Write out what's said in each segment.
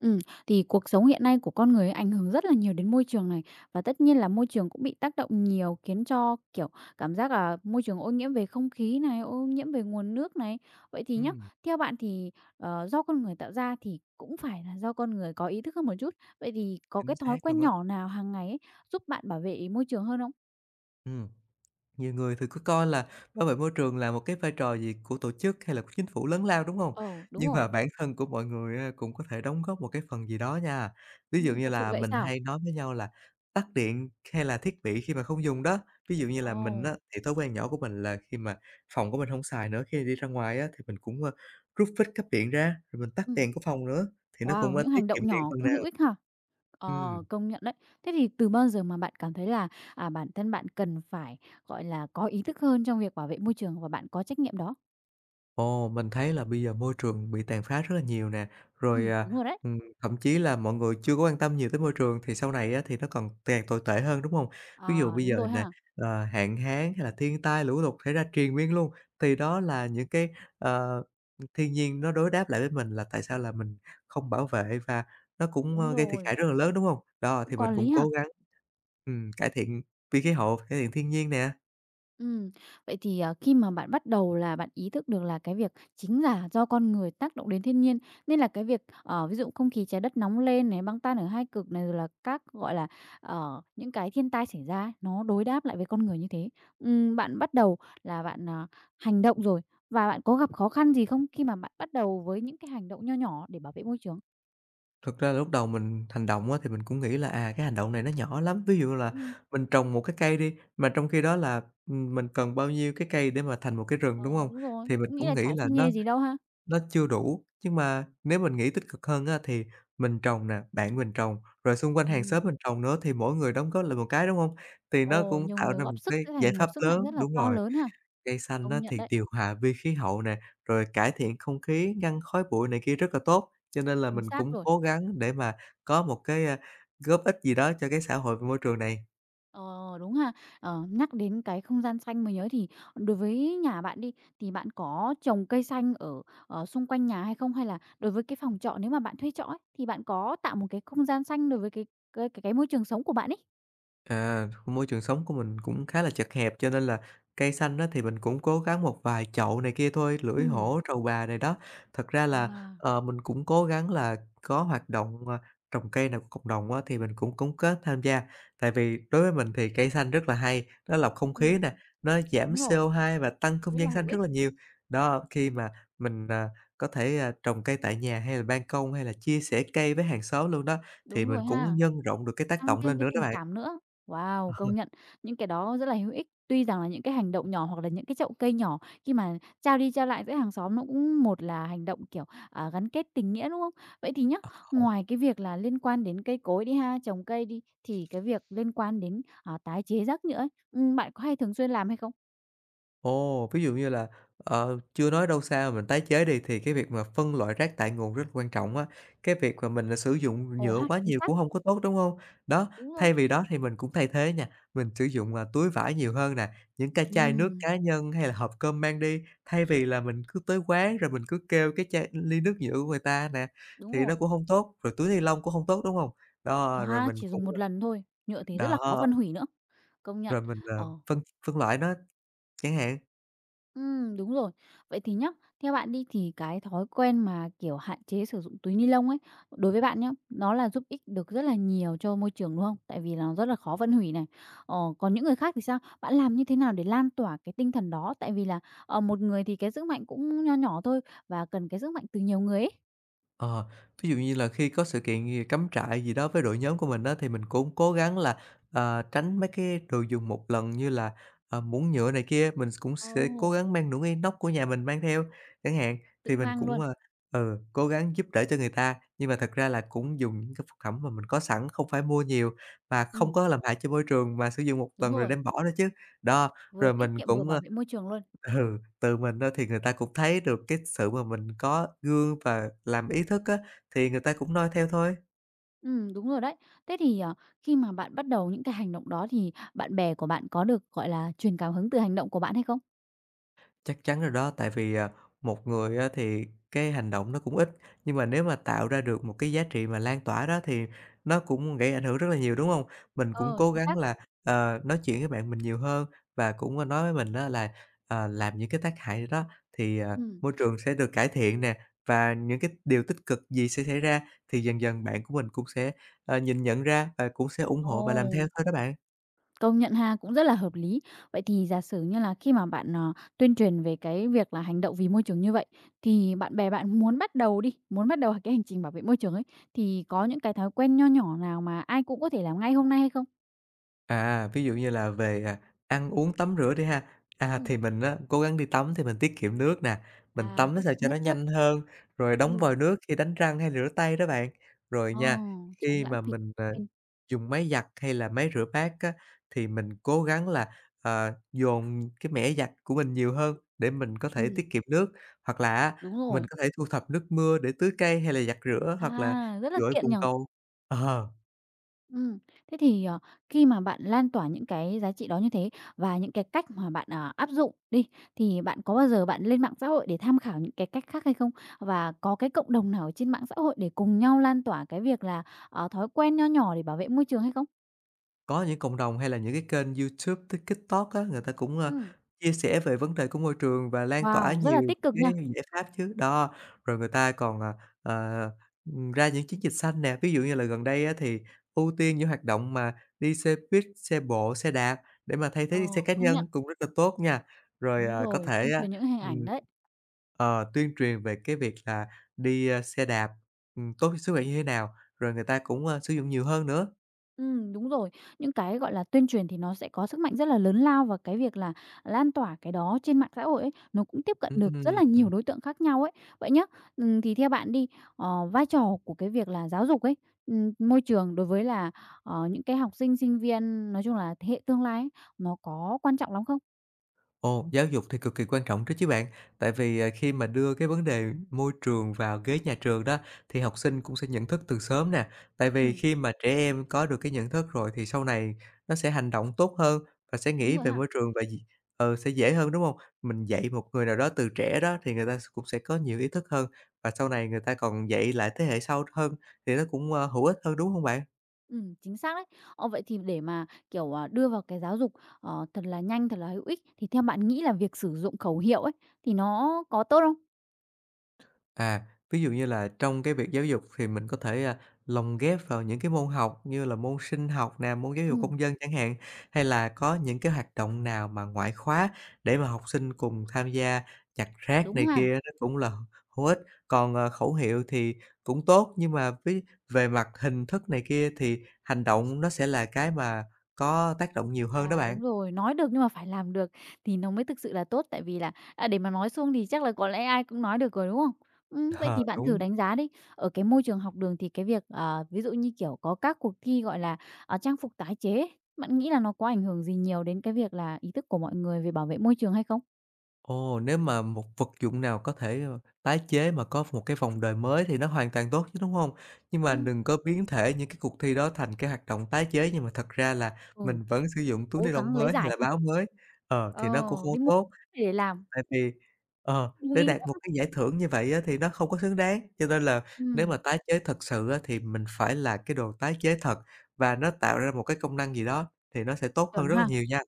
Ừ, thì cuộc sống hiện nay của con người ấy ảnh hưởng rất là nhiều đến môi trường này và tất nhiên là môi trường cũng bị tác động nhiều khiến cho, cảm giác là môi trường ô nhiễm về không khí này, ô nhiễm về nguồn nước này. Vậy thì nhá, Ừm, theo bạn thì, do con người tạo ra thì cũng phải là do con người có ý thức hơn một chút. Vậy thì có chính cái xác thói quen luôn á. nhỏ nào hàng ngày ấy giúp bạn bảo vệ môi trường hơn không? Ừm, Nhiều người thì cứ coi là bảo vệ môi trường là một cái vai trò gì của tổ chức hay là của chính phủ lớn lao, đúng không? Ồ, đúng Nhưng rồi. mà bản thân của mọi người á cũng có thể đóng góp một cái phần gì đó nha. Ví dụ như Thật sự là vậy mình sao? hay nói với nhau là tắt điện hay là thiết bị khi mà không dùng đó. Ví dụ như là mình á Ồ, thì thói quen nhỏ của mình là khi mà phòng của mình không xài nữa, khi đi ra ngoài á thì mình cũng, rút phích cáp điện ra, rồi mình tắt ừm, đèn của phòng nữa, thì nó cũng, wow, những tiết hành kiệm động điện nhỏ phần cũng nào. hữu ích hả? Ờ, công nhận đấy. Thế thì từ bao giờ mà bạn cảm thấy là, à, bản thân bạn cần phải, có ý thức hơn trong việc bảo vệ môi trường và bạn có trách nhiệm đó? Ồ, mình thấy là bây giờ môi trường bị tàn phá rất là nhiều nè, rồi, Đúng rồi đấy. Thậm chí là mọi người chưa có quan tâm nhiều tới môi trường thì sau này á thì nó còn càng tồi tệ hơn, đúng không? Ví dụ À, bây đúng giờ rồi nè, ha, hạn hán hay là thiên tai, lũ lụt xảy ra triền miên luôn, thì đó là những cái, ờ, thiên nhiên nó đối đáp lại với mình là tại sao là mình không bảo vệ và nó cũng, đúng gây thiệt hại rồi, rất là lớn, đúng không? Đó, cũng thì mình có cũng lý ha. cố gắng, cải thiện vì khí hậu, cải thiện thiên nhiên nè. Ừm, vậy thì, khi mà bạn bắt đầu là bạn ý thức được là cái việc chính là do con người tác động đến thiên nhiên, nên là cái việc, ví dụ không khí trái đất nóng lên này, băng tan ở hai cực này, rồi là các, những cái thiên tai xảy ra ấy, nó đối đáp lại với con người như thế. Bạn bắt đầu là bạn, hành động rồi, và bạn có gặp khó khăn gì không khi mà bạn bắt đầu với những cái hành động nho nhỏ để bảo vệ môi trường? Thực ra là lúc đầu mình hành động á, thì mình cũng nghĩ là, à, cái hành động này nó nhỏ lắm, ví dụ là Ừm. mình trồng một cái cây đi, mà trong khi đó là, mình cần bao nhiêu cái cây để mà thành một cái rừng, đúng Ờ, không? đúng rồi, Thì mình cũng nghĩ cũng là chả nghĩ là xi nó nhê gì đâu ha? nó chưa đủ, nhưng mà nếu mình nghĩ tích cực hơn á, thì mình trồng nè, bạn mình trồng, rồi xung quanh hàng xóm Ừm, mình trồng nữa thì mỗi người đóng góp lại một cái, đúng không? Thì nó ồ, cũng nhiều tạo người ra một góp sức cái sẽ giải thành một pháp sức lớn mạnh rất là đúng to rồi. lớn ha, Cây xanh á công nhận thì đấy. điều hòa vi khí hậu nè, rồi cải thiện không khí, ngăn khói bụi này kia rất là tốt, cho nên là Chính mình xác cũng rồi. cố gắng để mà có một cái, góp ích gì đó cho cái xã hội và môi trường này. Ờ, đúng ha. Ờ, nhắc đến cái không gian xanh mới nhớ thì đối với nhà bạn đi, thì bạn có trồng cây xanh ở, xung quanh nhà hay không? Hay là đối với cái phòng trọ nếu mà bạn thuê trọ ấy, thì bạn có tạo một cái không gian xanh đối với cái cái môi trường sống của bạn ấy? À, môi trường sống của mình cũng khá là chật hẹp cho nên là cây xanh đó thì mình cũng cố gắng một vài chậu này kia thôi, lưỡi Ừm. hổ, trầu bà này đó. Thật ra là, À. Mình cũng cố gắng là có hoạt động, trồng cây nào của cộng đồng á, thì mình cũng cống kết tham gia. Tại vì đối với mình thì cây xanh rất là hay, nó lọc không Ừm, khí nè, nó giảm đúng rồi, CO2 và tăng không rất là gian xanh hữu rất ích. là nhiều. Đó, khi mà mình, à, có thể, à, trồng cây tại nhà hay là ban công hay là chia sẻ cây với hàng xóm luôn đó, thì Đúng mình rồi cũng ha. nhân rộng được cái tác Tăng động thêm lên cái nữa đó tình bạn. cảm nữa. Wow, công nhận những cái đó rất là hữu ích. Tuy rằng là những cái hành động nhỏ hoặc là những cái chậu cây nhỏ khi mà trao đi trao lại giữa hàng xóm nó cũng một là hành động, gắn kết tình nghĩa, đúng không? Vậy thì nhá, ngoài cái việc là liên quan đến cây cối đi ha, trồng cây đi, thì cái việc liên quan đến, tái chế rác nhựa ấy, bạn có hay thường xuyên làm hay không? Ồ, ví dụ như là, chưa nói đâu xa mà mình tái chế đi, thì cái việc mà phân loại rác tại nguồn rất là quan trọng á. Cái việc mà mình, à, sử dụng Ồ nhựa ha, quá chính nhiều xác, cũng không có tốt, đúng không? Đó, đúng rồi. thay vì đó thì mình cũng thay thế nha, mình sử dụng, à, túi vải nhiều hơn nè, những cái chai nước Ừm, cá nhân hay là hộp cơm mang đi, thay vì là mình cứ tới quán rồi mình cứ kêu cái chai ly nước nhựa của người ta nè, đúng thì nó rồi. cũng không tốt, rồi túi ni lông cũng không tốt, đúng không? Ờ Đó, rồi ha, mình chỉ cũng, dùng một lần thôi, nhựa thì rất là khó đó, phân hủy nữa. Công nhận. rồi mình, Ờ. Phân phân loại nó chẳng hạn. Ừ, đúng rồi. Vậy thì nhá, theo bạn đi thì cái thói quen mà, hạn chế sử dụng túi ni lông ấy, đối với bạn nhá, nó là giúp ích được rất là nhiều cho môi trường, đúng không? Tại vì là nó rất là khó phân hủy này. Ờ, còn những người khác thì sao? Bạn làm như thế nào để lan tỏa cái tinh thần đó? Tại vì là, một người thì cái sức mạnh cũng nho nhỏ thôi và cần cái sức mạnh từ nhiều người ấy. Ờ, ví dụ như là khi có sự kiện gì cắm trại gì đó với đội nhóm của mình đó thì mình cũng cố gắng là, tránh mấy cái đồ dùng một lần như là, muỗng nhựa này kia, mình cũng Ồ, sẽ cố gắng mang muỗng inox của nhà mình mang theo chẳng hạn. Thì tự mình mang cũng, luôn. Cố gắng giúp đỡ cho người ta, nhưng mà thật ra là cũng dùng những cái vật phẩm mà mình có sẵn, không phải mua nhiều và Ừ, không có làm hại cho môi trường mà sử dụng một đúng lần rồi rồi, đem bỏ đó chứ. Đó, vừa rồi tiết mình kiệm vừa cũng, bảo vệ môi trường luôn. ừ, từ mình á thì người ta cũng thấy được cái sự mà mình có gương và làm ý thức á, thì người ta cũng noi theo thôi. Ừ, đúng rồi đấy. Thế thì, khi mà bạn bắt đầu những cái hành động đó thì bạn bè của bạn có được, truyền cảm hứng từ hành động của bạn hay không? Chắc chắn rồi đó, tại vì, à, một người á thì cái hành động nó cũng ít, nhưng mà nếu mà tạo ra được một cái giá trị mà lan tỏa đó thì nó cũng gây ảnh hưởng rất là nhiều, đúng không? Mình cũng Ờ, cố chính gắng xác. là, nói chuyện với bạn mình nhiều hơn và cũng, nói với mình đó là, làm những cái tác hại đó thì, à, Ừ. môi trường sẽ được cải thiện nè, và những cái điều tích cực gì sẽ xảy ra thì dần dần bạn của mình cũng sẽ, nhìn nhận ra và cũng sẽ ủng hộ và làm theo Ồ, thôi đó bạn. công nhận ha, cũng rất là hợp lý. Vậy thì giả sử như là khi mà bạn, tuyên truyền về cái việc là hành động vì môi trường như vậy, thì bạn bè bạn muốn bắt đầu đi, muốn bắt đầu cái hành trình bảo vệ môi trường ấy, thì có những cái thói quen nho nhỏ nào mà ai cũng có thể làm ngay hôm nay hay không? À, ví dụ như là về, à, ăn uống, tắm rửa đi ha. À, Ừm, thì mình á, cố gắng đi tắm thì mình tiết kiệm nước nè, mình à, tắm nó tiết sao kiệm cho nước nó trước. nhanh hơn, rồi đóng Ừ. vòi nước khi đánh răng hay rửa tay đó bạn. Rồi Ờ, nha, tránh khi lãng mà phí mình, quên. dùng máy giặt hay là máy rửa bát á, thì mình cố gắng là, dồn cái mẻ giặt của mình nhiều hơn để mình có thể Ừm. tiết kiệm nước. Hoặc là á, Đúng mình rồi. có thể thu thập nước mưa để tưới cây hay là giặt rửa, hoặc là À, rất là dội tiện bồn nhỉ? cầu. Ờ. Ừ. Thế thì, khi mà bạn lan tỏa những cái giá trị đó như thế và những cái cách mà bạn, áp dụng đi, thì bạn có bao giờ bạn lên mạng xã hội để tham khảo những cái cách khác hay không? Và có cái cộng đồng nào ở trên mạng xã hội để cùng nhau lan tỏa cái việc là, thói quen nho nhỏ để bảo vệ môi trường hay không? Có những cộng đồng hay là những cái kênh YouTube với TikTok á, người ta cũng, Ừ. chia sẻ về vấn đề của môi trường và lan tỏa Wow, rất là nhiều tích cực cái nha. giải pháp chứ. Đó, rồi người ta còn, ờ, ra những chiến dịch xanh nè, ví dụ như là gần đây á thì ưu tiên những hoạt động mà đi xe buýt, xe bộ, xe đạp để mà thay thế Ờ, đi xe cá công nhận. nhân cũng rất là tốt nha. Rồi, Đúng à, có rồi, thể tuyên á, truyền những hình ảnh ừm, đấy. ờ, tuyên truyền về cái việc là đi, xe đạp, tốt cho sức khỏe như thế nào, rồi người ta cũng, sử dụng nhiều hơn nữa. Ừ, đúng rồi. Những cái, tuyên truyền thì nó sẽ có sức mạnh rất là lớn lao và cái việc là lan tỏa cái đó trên mạng xã hội ấy, nó cũng tiếp cận được rất là nhiều Ừm. đối tượng khác nhau ấy. Vậy nhá, thì theo bạn đi, vai trò của cái việc là giáo dục ấy, môi trường đối với là, những cái học sinh, sinh viên, nói chung là thế hệ tương lai ấy, nó có quan trọng lắm không? Ồ, giáo dục thì cực kỳ quan trọng đó chứ bạn, tại vì, à, khi mà đưa cái vấn đề môi trường vào ghế nhà trường đó, thì học sinh cũng sẽ nhận thức từ sớm nè. Tại vì Ừ, khi mà trẻ em có được cái nhận thức rồi thì sau này nó sẽ hành động tốt hơn và sẽ đúng nghĩ rồi về hả? môi trường và gì ừ, sẽ dễ hơn, đúng không? Mình dạy một người nào đó từ trẻ đó thì người ta cũng sẽ có nhiều ý thức hơn, và sau này người ta còn dạy lại thế hệ sau hơn thì nó cũng, hữu ích hơn, đúng không bạn? Ừ, chính xác đấy. Ờ, vậy thì để mà, đưa vào cái giáo dục, thật là nhanh, thật là hữu ích thì theo bạn nghĩ là việc sử dụng khẩu hiệu ấy, thì nó có tốt không? À, ví dụ như là trong cái việc giáo dục thì mình có thể, à, lồng ghép vào những cái môn học như là môn sinh học nè, môn giáo dục Ừm, công dân chẳng hạn, hay là có những cái hoạt động nào mà ngoại khóa để mà học sinh cùng tham gia nhặt rác đúng này ha. kia nó cũng là hữu ích. Còn, khẩu hiệu thì cũng tốt, nhưng mà với về mặt hình thức này kia thì hành động nó sẽ là cái mà có tác động nhiều hơn đó À, bạn. đúng rồi, nói được nhưng mà phải làm được thì nó mới thực sự là tốt, tại vì là, để mà nói suông thì chắc là có lẽ ai cũng nói được rồi, đúng không? Vậy Ờ, thì bạn thử đúng. đánh giá đi, ở cái môi trường học đường thì cái việc, ví dụ như, có các cuộc thi, trang phục tái chế ấy, bạn nghĩ là nó có ảnh hưởng gì nhiều đến cái việc là ý thức của mọi người về bảo vệ môi trường hay không? Ồ, nếu mà một vật dụng nào có thể, tái chế mà có một cái vòng đời mới thì nó hoàn toàn tốt chứ, đúng không? Nhưng mà Ừm, đừng có biến thể những cái cuộc thi đó thành cái hoạt động tái chế nhưng mà thật ra là ừ, mình vẫn sử dụng túi cố ni lông gắng lấy mới hay giải là thôi. báo mới, thì nó Ờ, cũng không đi mua tốt. để làm, Tại vì, đúng để ý đạt một nghĩa. cái giải thưởng như vậy á thì nó không có xứng đáng, cho nên là nếu Ừm, mà tái chế thật sự á thì mình phải là cái đồ tái chế thật và nó tạo ra một cái công năng gì đó thì nó sẽ tốt hơn chuẩn rất là ha. nhiều nha.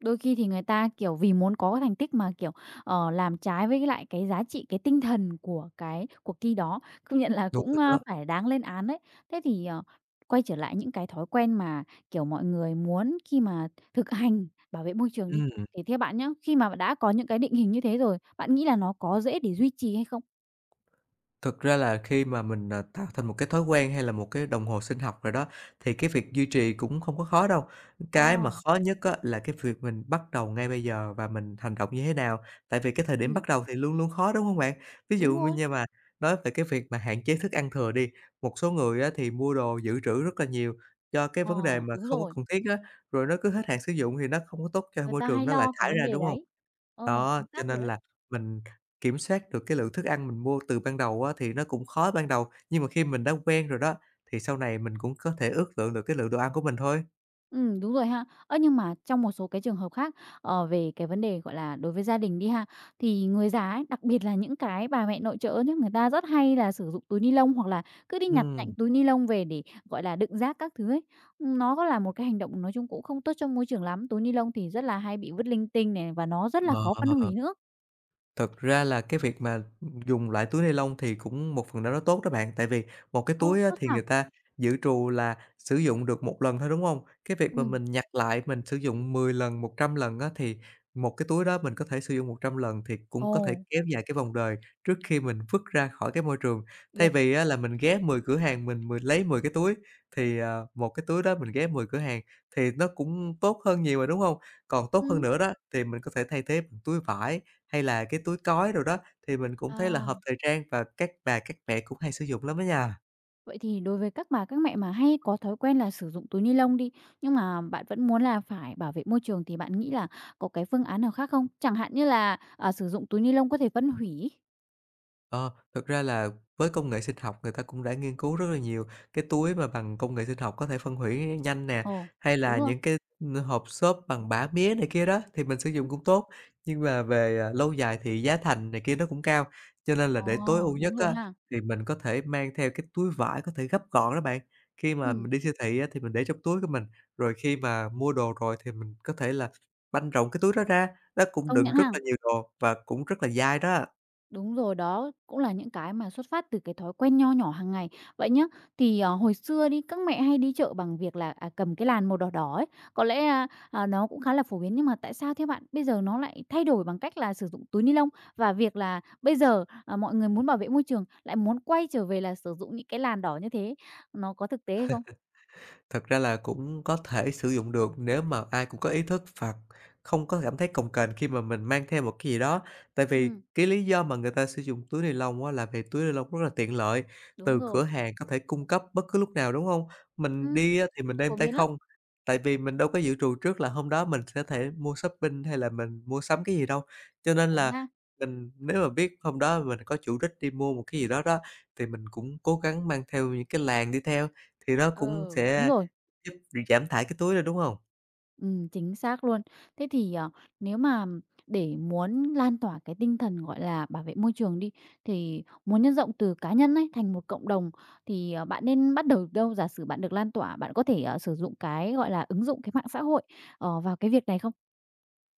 Đôi khi thì người ta, vì muốn có cái thành tích mà, làm trái với lại cái giá trị, cái tinh thần của cái cuộc thi đó, công nhận là Đúng cũng, rồi a, đó, phải đáng lên án đấy. Thế thì, quay trở lại những cái thói quen mà, mọi người muốn khi mà thực hành bảo vệ môi trường đi, ừm. thì theo bạn nhá, khi mà đã có những cái định hình như thế rồi, bạn nghĩ là nó có dễ để duy trì hay không? Thực ra là khi mà mình, à, tạo thành một cái thói quen hay là một cái đồng hồ sinh học rồi đó, thì cái việc duy trì cũng không có khó đâu. Ờ, Cái mà khó nhất á là cái việc mình bắt đầu ngay bây giờ và mình hành động như thế nào, tại vì cái thời điểm bắt ừm, đầu thì luôn luôn khó, đúng không bạn? Ví đúng dụ rồi, như mà nói về cái việc mà hạn chế thức ăn thừa đi, một số người á thì mua đồ dự trữ rất là nhiều cho cái ờ, vấn đề mà đúng không có rồi, cần thiết á, rồi nó cứ hết hạn sử dụng thì nó không có tốt cho người môi ta trường, hay nó lại lo cái thải vấn ra, đề đúng không? đấy. Ờ, Đó, chính cho xác rồi nên đấy. là mình kiểm soát được cái lượng thức ăn mình mua từ ban đầu á, thì nó cũng khó ban đầu, nhưng mà khi mình đã quen rồi đó, thì sau này mình cũng có thể ước lượng được cái lượng đồ ăn của mình thôi. Ừ, đúng rồi ha. Ơ, nhưng mà trong một số cái trường hợp khác, về cái vấn đề, đối với gia đình đi ha, thì người già ấy, đặc biệt là những cái bà mẹ nội trợ nhé, người ta rất hay là sử dụng túi ni lông hoặc là cứ đi nhặt nhạnh Ừm. túi ni lông về để, đựng rác các thứ ấy. Nó có là một cái hành động nói chung cũng không tốt cho môi trường lắm, túi ni lông thì rất là hay bị vứt linh tinh này và nó rất là Ờ. khó phân hủy nữa. Thực ra là cái việc mà dùng loại túi ni lông thì cũng một phần nào đó tốt đó bạn, tại vì một cái Ồ, túi á tốt thì sao? người ta dự trù là sử dụng được một lần thôi, đúng không? Cái việc mà Ừ. mình nhặt lại mình sử dụng 10 lần, 100 lần á, thì một cái túi đó mình có thể sử dụng 100 lần thì cũng Ồ, có thể kéo dài cái vòng đời trước khi mình vứt ra khỏi cái môi trường. Thay được. vì á là mình ghé 10 cửa hàng mình mười lấy 10 cái túi, thì, một cái túi đó mình ghé 10 cửa hàng thì nó cũng tốt hơn nhiều rồi, đúng không? Còn tốt hơn Ừ. nữa đó thì mình có thể thay thế bằng túi vải, hay là cái túi cói đồ đó, thì mình cũng thấy là À. hộp thời trang và các bà các mẹ cũng hay sử dụng lắm đó nha. Vậy thì đối với các bà các mẹ mà hay có thói quen là sử dụng túi ni lông đi, nhưng mà bạn vẫn muốn là phải bảo vệ môi trường thì bạn nghĩ là có cái phương án nào khác không? Chẳng hạn như là, sử dụng túi ni lông có thể phân hủy. Ờ, thực ra là với công nghệ sinh học người ta cũng đã nghiên cứu rất là nhiều, cái túi mà bằng công nghệ sinh học có thể phân hủy nhanh nè, Ồ, hay đúng là rồi. những cái, hộp xốp bằng bã mía này kia đó thì mình sử dụng Ừm. cũng tốt, nhưng mà về, lâu dài thì giá thành này kia nó cũng cao, cho nên là Ồ, để tối ưu nhất đúng rồi á, ha. thì mình có thể mang theo cái túi vải có thể gấp gọn đó bạn. Khi mà Ừm, mình đi siêu thị á, thì mình để trong túi của mình, rồi khi mà mua đồ rồi thì mình có thể là banh rộng cái túi đó ra, nó cũng công đựng nhận rất ha. là nhiều đồ và cũng rất là dai đó. Đúng rồi đó, cũng là những cái mà xuất phát từ cái thói quen nho nhỏ hàng ngày. Vậy nhá, thì, hồi xưa đi, các mẹ hay đi chợ bằng việc là, cầm cái làn màu đỏ đỏ ấy, có lẽ, nó cũng khá là phổ biến, nhưng mà tại sao thế bạn bây giờ nó lại thay đổi bằng cách là sử dụng túi ni lông? Và việc là bây giờ, mọi người muốn bảo vệ môi trường lại muốn quay trở về là sử dụng những cái làn đỏ như thế, nó có thực tế hay không? Thật ra là cũng có thể sử dụng được nếu mà ai cũng có ý thức và không có cảm thấy cồng kềnh khi mà mình mang theo một cái gì đó. Tại vì Ừm, cái lý do mà người ta sử dụng túi ni lông á là vì túi ni lông rất là tiện lợi, đúng từ cửa rồi, hàng có thể cung cấp bất cứ lúc nào, đúng không? Mình ừm, đi á thì mình đem phổ tay biến lắm, không, tại vì mình đâu có dự trù trước là hôm đó mình sẽ thể mua shopping hay là mình mua sắm cái gì đâu. Cho nên ờ là ha. mình nếu mà biết hôm đó mình có chủ đích đi mua một cái gì đó đó, thì mình cũng cố gắng mang theo những cái làng đi theo, thì nó cũng Ờ, đúng sẽ rồi. giúp việc giảm thải cái túi ra, đúng hông? Chính xác luôn. Thế thì, nếu mà để muốn lan tỏa cái tinh thần, bảo vệ môi trường đi, thì muốn nhân rộng từ cá nhân ấy thành một cộng đồng thì, bạn nên bắt đầu đâu? Giả sử bạn được lan tỏa, bạn có thể, sử dụng cái, ứng dụng cái mạng xã hội, vào cái việc này không?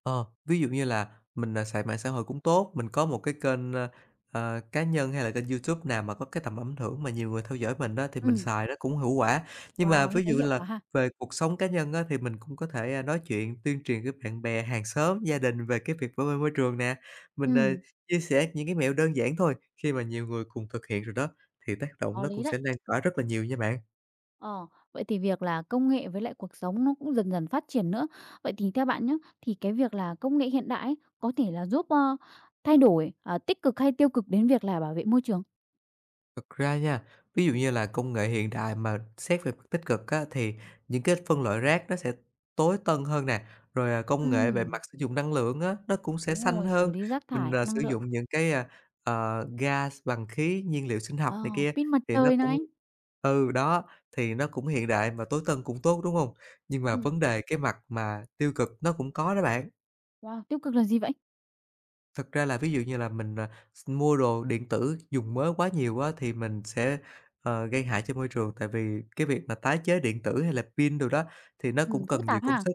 Ờ, ví dụ như là mình, xài mạng xã hội cũng tốt, mình có một cái kênh, cá nhân hay là kênh YouTube nào mà có cái tầm ảnh hưởng mà nhiều người theo dõi mình á, thì mình Ừ, xài nó cũng hữu quả. Nhưng mà wow, như ví thế dụ như hiệu là quả ha. về cuộc sống cá nhân á, thì mình cũng có thể, nói chuyện, tuyên truyền với bạn bè, hàng xóm, gia đình về cái việc bảo vệ môi trường nè. Mình, Ừ, chia sẻ những cái mẹo đơn giản thôi, khi mà nhiều người cùng thực hiện rồi đó, thì tác động có nó lý cũng đấy. sẽ lan tỏa rất là nhiều nha bạn. Ờ, vậy thì việc là công nghệ với lại cuộc sống nó cũng dần dần phát triển nữa. Vậy thì theo bạn nhé, thì cái việc là công nghệ hiện đại ấy, có thể là giúp, thay đổi, tích cực hay tiêu cực đến việc là bảo vệ môi trường? Thực ra nha, ví dụ như là công nghệ hiện đại mà xét về mặt tích cực á, thì những cái phân loại rác nó sẽ tối tân hơn nè, rồi, công nghệ về mặt Ừm, sử dụng năng lượng á, nó cũng sẽ đúng xanh rồi. Xử hơn. lý rác Mình, thải, sử năng lượng, dụng những cái, gas bằng khí nhiên liệu sinh học ờ, này kia pin mặt thì nó trời cũng này. Đó, thì nó cũng hiện đại mà tối tân cũng tốt, đúng không? Nhưng mà Ừm, vấn đề cái mặt mà tiêu cực nó cũng có đó bạn. wow, tiêu cực là gì vậy? Thực ra là ví dụ như là mình, mua đồ điện tử dùng mới quá nhiều á, thì mình sẽ, gây hại cho môi trường. Tại vì cái việc mà tái chế điện tử hay là pin đồ đó thì nó cũng Phức cần nhiều tạp công ha? sức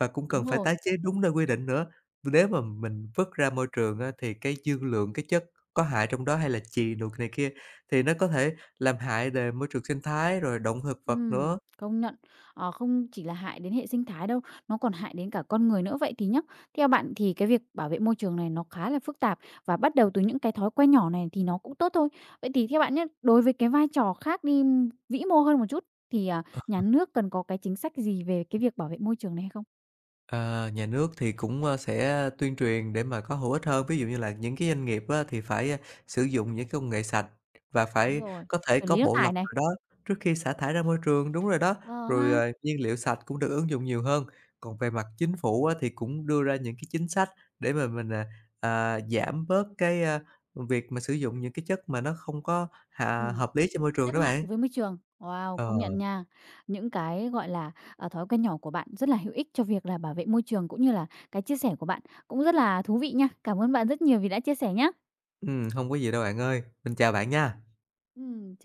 và cũng cần Đúng phải rồi. tái chế đúng nơi quy định nữa. Nếu mà mình vứt ra môi trường á, thì cái dư lượng, cái chất có hại trong đó hay là chì đồ này kia thì nó có thể làm hại về môi trường sinh thái, rồi động thực vật nữa. Công nhận. Ờ, không chỉ là hại đến hệ sinh thái đâu, nó còn hại đến cả con người nữa. Vậy thì nhá, theo bạn thì cái việc bảo vệ môi trường này nó khá là phức tạp và bắt đầu từ những cái thói quen nhỏ này thì nó cũng tốt thôi. Vậy thì theo bạn nhé đối với cái vai trò khác đi, vĩ mô hơn một chút thì, nhà nước cần có cái chính sách gì về cái việc bảo vệ môi trường này hay không? Ờ, nhà nước thì cũng, sẽ tuyên truyền để mà có hữu ích hơn, ví dụ như là những cái doanh nghiệp á thì phải, sử dụng những công nghệ sạch và Đúng phải rồi. có thể Xử có lý nước bộ lọc thải này. nào đó trước khi xả thải ra môi trường, đúng rồi đó, Ờ rồi, ha. Nhiên liệu sạch cũng được ứng dụng nhiều hơn. Còn về mặt chính phủ á thì cũng đưa ra những cái chính sách để mà mình, giảm bớt cái, việc mà sử dụng những cái chất mà nó không có Ừ. hà hợp lý cho môi trường Rất đó hại bạn. với môi trường. Wow, công nhận Ờ, nha. Những cái, thói quen nhỏ của bạn rất là hữu ích cho việc là bảo vệ môi trường cũng như là cái chia sẻ của bạn cũng rất là thú vị nha. Cảm ơn bạn rất nhiều vì đã chia sẻ nhé. Hông có gì đâu bạn ơi, mình chào bạn nha. Ừm.